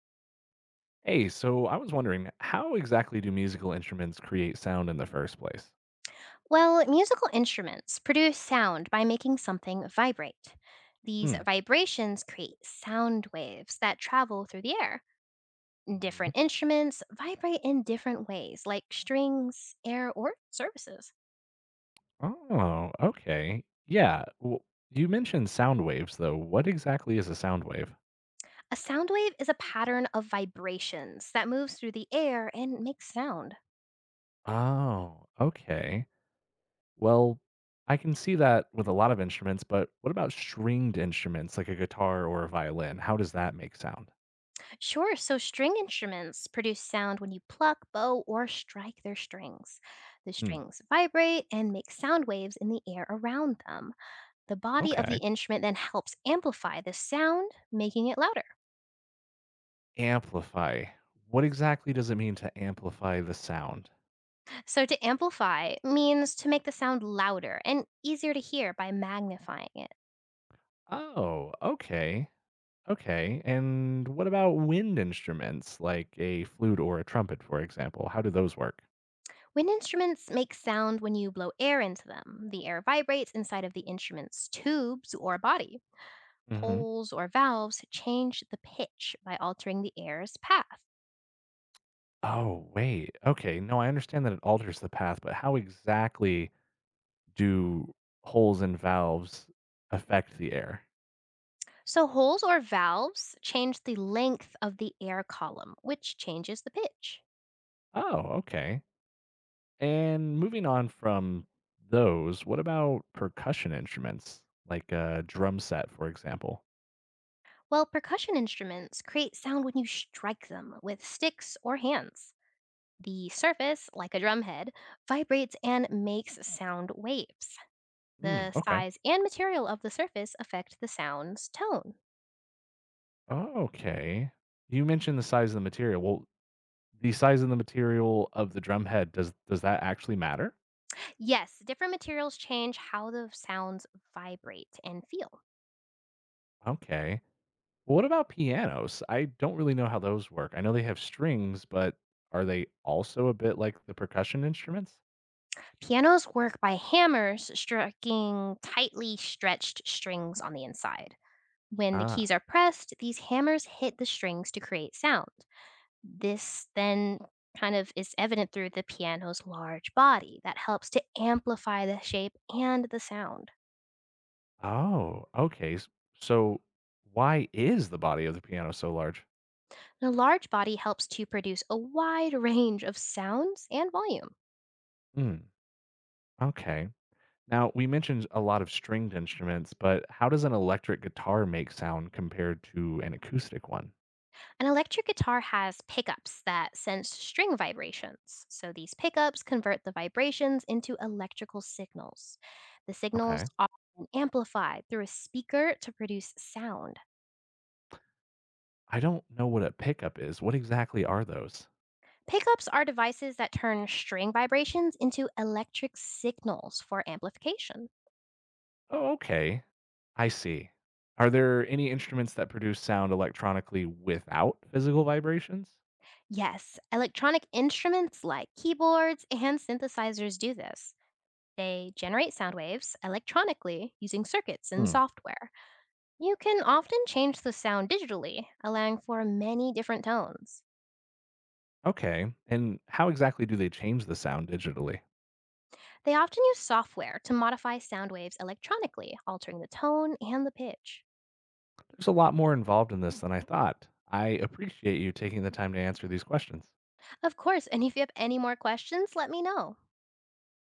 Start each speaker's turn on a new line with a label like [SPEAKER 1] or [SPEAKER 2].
[SPEAKER 1] Hey, so I was wondering, how exactly do musical instruments create sound in the first place?
[SPEAKER 2] Well, musical instruments produce sound by making something vibrate. These
[SPEAKER 1] Hmm.
[SPEAKER 2] vibrations create sound waves that travel through the air.
[SPEAKER 1] hmm
[SPEAKER 2] Different instruments vibrate in different ways, like strings, air, or surfaces.
[SPEAKER 1] Oh, okay. Yeah. w you mentioned sound waves, though. What exactly is a sound wave?
[SPEAKER 2] A sound wave is a pattern of vibrations that moves through the air and makes sound.
[SPEAKER 1] Oh, okay. Well, I can see that with a lot of instruments, but what about stringed instruments like a guitar or a violin? How does that make sound?
[SPEAKER 2] Sure, so string instruments produce sound when you pluck, bow, or strike their strings. The
[SPEAKER 1] Hmm.
[SPEAKER 2] strings vibrate and make sound waves in the air around them. The body of the
[SPEAKER 1] Okay.
[SPEAKER 2] instrument then helps amplify the sound, making it louder.
[SPEAKER 1] Amplify. What exactly does it mean to amplify the sound?
[SPEAKER 2] So, to amplify means to make the sound louder and easier to hear by magnifying it.
[SPEAKER 1] Oh, okay. Okay. And what about wind instruments like a flute or a trumpet, for example? How do those work?
[SPEAKER 2] Wind instruments make sound when you blow air into them. The air vibrates inside of the instrument's tubes or body.
[SPEAKER 1] hmm
[SPEAKER 2] Holes or valves change the pitch by altering the air's path.
[SPEAKER 1] Oh, wait. Okay. No, I understand that it alters the path, but how exactly do holes and valves affect the air?
[SPEAKER 2] So, holes or valves change the length of the air column, which changes the pitch.
[SPEAKER 1] Oh, okay. And moving on from those, what about percussion instruments like a drum set, for example?
[SPEAKER 2] Well, percussion instruments create sound when you strike them with sticks or hands. The surface, like a drum head, vibrates and makes sound waves.
[SPEAKER 1] Hmm.
[SPEAKER 2] The
[SPEAKER 1] Okay.
[SPEAKER 2] size and material of the surface affect the sound's tone.
[SPEAKER 1] Okay. You mentioned the size of the material. Well, the size and the material of the drum head, does that actually matter?
[SPEAKER 2] Yes, different materials change how the sounds vibrate and feel.
[SPEAKER 1] Okay. What about pianos? I don't really know how those work. I know they have strings, but are they also a bit like the percussion instruments?
[SPEAKER 2] Pianos work by hammers striking tightly stretched strings on the inside. When the keys
[SPEAKER 1] Ah.
[SPEAKER 2] are pressed, these hammers hit the strings to create sound. This then kind of is evident through the piano's large body that helps to amplify the shape and the sound.
[SPEAKER 1] Oh, okay. So why is the body of the piano so large?
[SPEAKER 2] The large body helps to produce a wide range of sounds and volume.
[SPEAKER 1] Hmm. Okay. Now, we mentioned a lot of stringed instruments, but how does an electric guitar make sound compared to an acoustic one?
[SPEAKER 2] An electric guitar has pickups that sense string vibrations. So these pickups convert the vibrations into electrical signals. The signals
[SPEAKER 1] Okay.
[SPEAKER 2] are amplified through a speaker to produce sound.
[SPEAKER 1] I don't know what a pickup is. What exactly are those?
[SPEAKER 2] Pickups are devices that turn string vibrations into electric signals for amplification.
[SPEAKER 1] Oh, okay. I see. Are there any instruments that produce sound electronically without physical vibrations?
[SPEAKER 2] Yes, electronic instruments like keyboards and synthesizers do this. They generate sound waves electronically using circuits and
[SPEAKER 1] Hmm.
[SPEAKER 2] software. You can often change the sound digitally, allowing for many different tones.
[SPEAKER 1] Okay. And how exactly do they change the sound digitally?
[SPEAKER 2] They often use software to modify sound waves electronically, altering the tone and the pitch.
[SPEAKER 1] There's a lot more involved in this than I thought. I appreciate you taking the time to answer these questions.
[SPEAKER 2] Of course, and if you have any more questions, let me know.